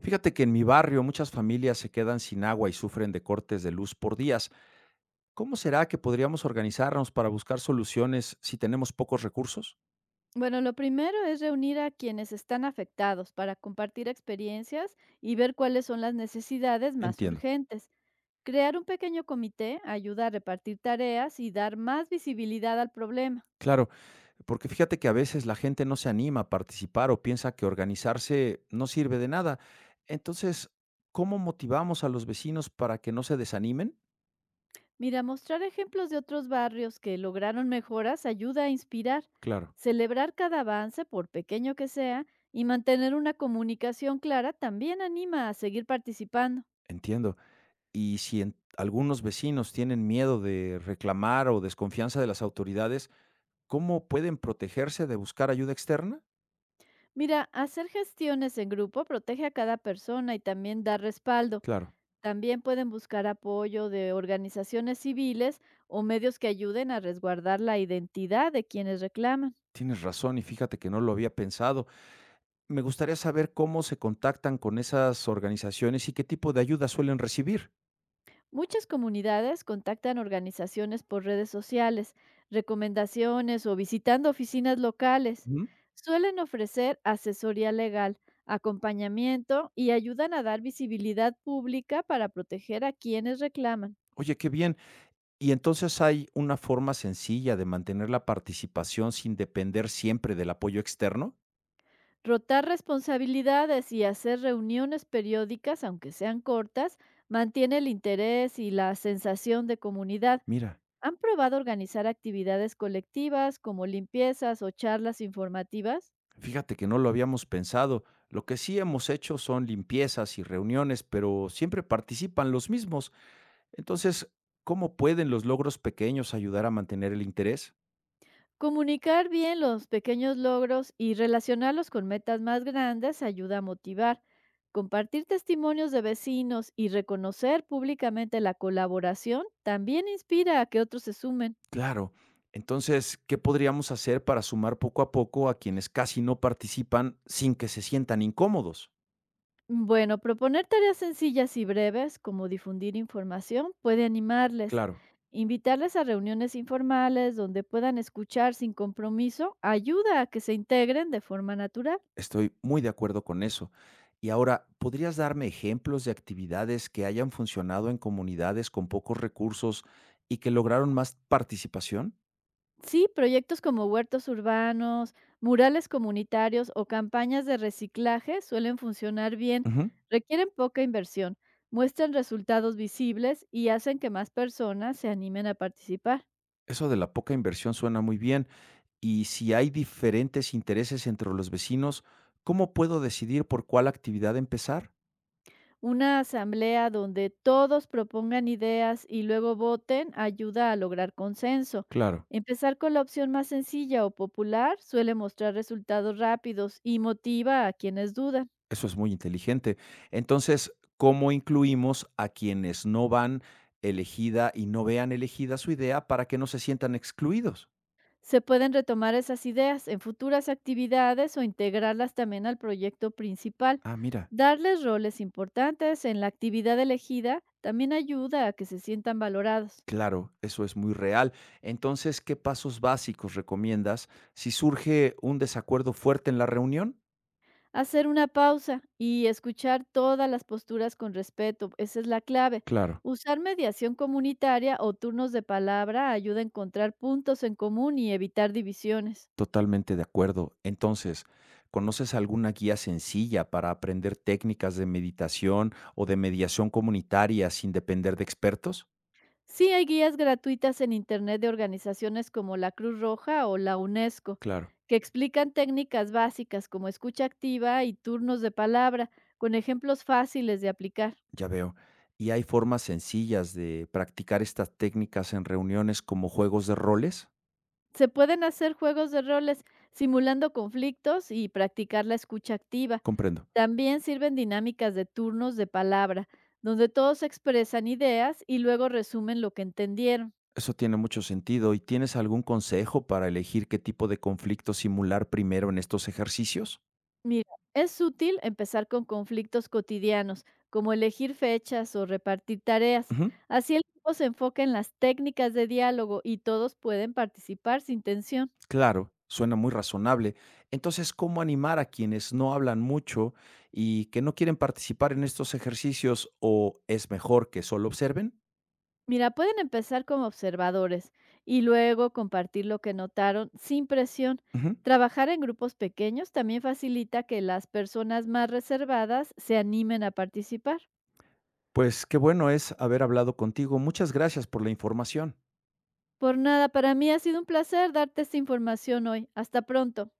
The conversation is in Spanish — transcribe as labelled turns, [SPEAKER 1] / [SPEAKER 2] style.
[SPEAKER 1] Fíjate que en mi barrio muchas familias se quedan sin agua y sufren de cortes de luz por días. ¿Cómo será que podríamos organizarnos para buscar soluciones si tenemos pocos recursos?
[SPEAKER 2] Bueno, lo primero es reunir a quienes están afectados para compartir experiencias y ver cuáles son las necesidades más
[SPEAKER 1] Entiendo.
[SPEAKER 2] urgentes. Crear un pequeño comité ayuda a repartir tareas y dar más visibilidad al problema.
[SPEAKER 1] Claro, porque fíjate que a veces la gente no se anima a participar o piensa que organizarse no sirve de nada. Entonces, ¿cómo motivamos a los vecinos para que no se desanimen?
[SPEAKER 2] Mira, mostrar ejemplos de otros barrios que lograron mejoras ayuda a inspirar.
[SPEAKER 1] Claro,
[SPEAKER 2] Celebrar cada avance, por pequeño que sea, y mantener una comunicación clara también anima a seguir participando.
[SPEAKER 1] entiendo. Y si algunos vecinos tienen miedo de reclamar o desconfianza de las autoridades, ¿cómo pueden protegerse de buscar ayuda externa?
[SPEAKER 2] Mira, hacer gestiones en grupo protege a cada persona y también da respaldo.
[SPEAKER 1] Claro,
[SPEAKER 2] También pueden buscar apoyo de organizaciones civiles o medios que ayuden a resguardar la identidad de quienes reclaman.
[SPEAKER 1] tienes razón y fíjate que no lo había pensado. Me gustaría saber cómo se contactan con esas organizaciones y qué tipo de ayuda suelen recibir.
[SPEAKER 2] Muchas comunidades contactan organizaciones por redes sociales, recomendaciones o visitando oficinas locales.
[SPEAKER 1] Ujú.
[SPEAKER 2] Suelen ofrecer asesoría legal, acompañamiento y ayudan a dar visibilidad pública para proteger a quienes reclaman.
[SPEAKER 1] Oye, qué bien. ¿Y entonces hay una forma sencilla de mantener la participación sin depender siempre del apoyo externo?
[SPEAKER 2] Rotar responsabilidades y hacer reuniones periódicas, aunque sean cortas, mantiene el interés y la sensación de comunidad.
[SPEAKER 1] Mira,
[SPEAKER 2] ¿Han probado organizar actividades colectivas como limpiezas o charlas informativas?
[SPEAKER 1] fíjate que no lo habíamos pensado. Lo que sí hemos hecho son limpiezas y reuniones, pero siempre participan los mismos. Entonces, ¿cómo pueden los logros pequeños ayudar a mantener el interés?
[SPEAKER 2] Comunicar bien los pequeños logros y relacionarlos con metas más grandes ayuda a motivar. Compartir testimonios de vecinos y reconocer públicamente la colaboración también inspira a que otros se sumen.
[SPEAKER 1] Claro. Entonces, ¿qué podríamos hacer para sumar poco a poco a quienes casi no participan sin que se sientan incómodos?
[SPEAKER 2] Bueno, proponer tareas sencillas y breves, como difundir información, puede animarles.
[SPEAKER 1] Claro,
[SPEAKER 2] Invitarles a reuniones informales donde puedan escuchar sin compromiso ayuda a que se integren de forma natural.
[SPEAKER 1] estoy muy de acuerdo con eso. Y ahora, ¿podrías darme ejemplos de actividades que hayan funcionado en comunidades con pocos recursos y que lograron más participación?
[SPEAKER 2] Sí, proyectos como huertos urbanos, murales comunitarios o campañas de reciclaje suelen funcionar bien,
[SPEAKER 1] Ujú,
[SPEAKER 2] requieren poca inversión, muestran resultados visibles y hacen que más personas se animen a participar.
[SPEAKER 1] eso de la poca inversión suena muy bien. Y si hay diferentes intereses entre los vecinos, ¿cómo puedo decidir por cuál actividad empezar?
[SPEAKER 2] Una asamblea donde todos propongan ideas y luego voten ayuda a lograr consenso.
[SPEAKER 1] Claro,
[SPEAKER 2] Empezar con la opción más sencilla o popular suele mostrar resultados rápidos y motiva a quienes dudan.
[SPEAKER 1] eso es muy inteligente. Entonces, ¿cómo incluimos a quienes no van elegida y no vean elegida su idea para que no se sientan excluidos?
[SPEAKER 2] Se pueden retomar esas ideas en futuras actividades o integrarlas también al proyecto principal.
[SPEAKER 1] Ah, mira,
[SPEAKER 2] Darles roles importantes en la actividad elegida también ayuda a que se sientan valorados.
[SPEAKER 1] claro, eso es muy real. Entonces, ¿qué pasos básicos recomiendas si surge un desacuerdo fuerte en la reunión?
[SPEAKER 2] Hacer una pausa y escuchar todas las posturas con respeto, esa es la clave.
[SPEAKER 1] Claro.
[SPEAKER 2] Usar mediación comunitaria o turnos de palabra ayuda a encontrar puntos en común y evitar divisiones.
[SPEAKER 1] Totalmente de acuerdo. Entonces, ¿conoces alguna guía sencilla para aprender técnicas de meditación o de mediación comunitaria sin depender de expertos?
[SPEAKER 2] Sí hay guías gratuitas en Internet de organizaciones como la Cruz Roja o la UNESCO,
[SPEAKER 1] Claro.
[SPEAKER 2] que explican técnicas básicas como escucha activa y turnos de palabra, con ejemplos fáciles de aplicar.
[SPEAKER 1] Ya veo. ¿Y hay formas sencillas de practicar estas técnicas en reuniones como juegos de roles?
[SPEAKER 2] Se pueden hacer juegos de roles simulando conflictos y practicar la escucha activa.
[SPEAKER 1] Comprendo.
[SPEAKER 2] También sirven dinámicas de turnos de palabra, donde todos expresan ideas y luego resumen lo que entendieron.
[SPEAKER 1] Eso tiene mucho sentido. ¿Y tienes algún consejo para elegir qué tipo de conflicto simular primero en estos ejercicios?
[SPEAKER 2] Mira, es útil empezar con conflictos cotidianos, como elegir fechas o repartir tareas.
[SPEAKER 1] Ujú.
[SPEAKER 2] Así el grupo se enfoca en las técnicas de diálogo y todos pueden participar sin tensión.
[SPEAKER 1] Claro, suena muy razonable. Entonces, ¿cómo animar a quienes no hablan mucho y que no quieren participar en estos ejercicios o es mejor que solo observen?
[SPEAKER 2] Mira, pueden empezar como observadores y luego compartir lo que notaron sin presión.
[SPEAKER 1] Ujú.
[SPEAKER 2] Trabajar en grupos pequeños también facilita que las personas más reservadas se animen a participar.
[SPEAKER 1] Pues qué bueno es haber hablado contigo. Muchas gracias por la información.
[SPEAKER 2] Por nada, para mí ha sido un placer darte esta información hoy. Hasta pronto.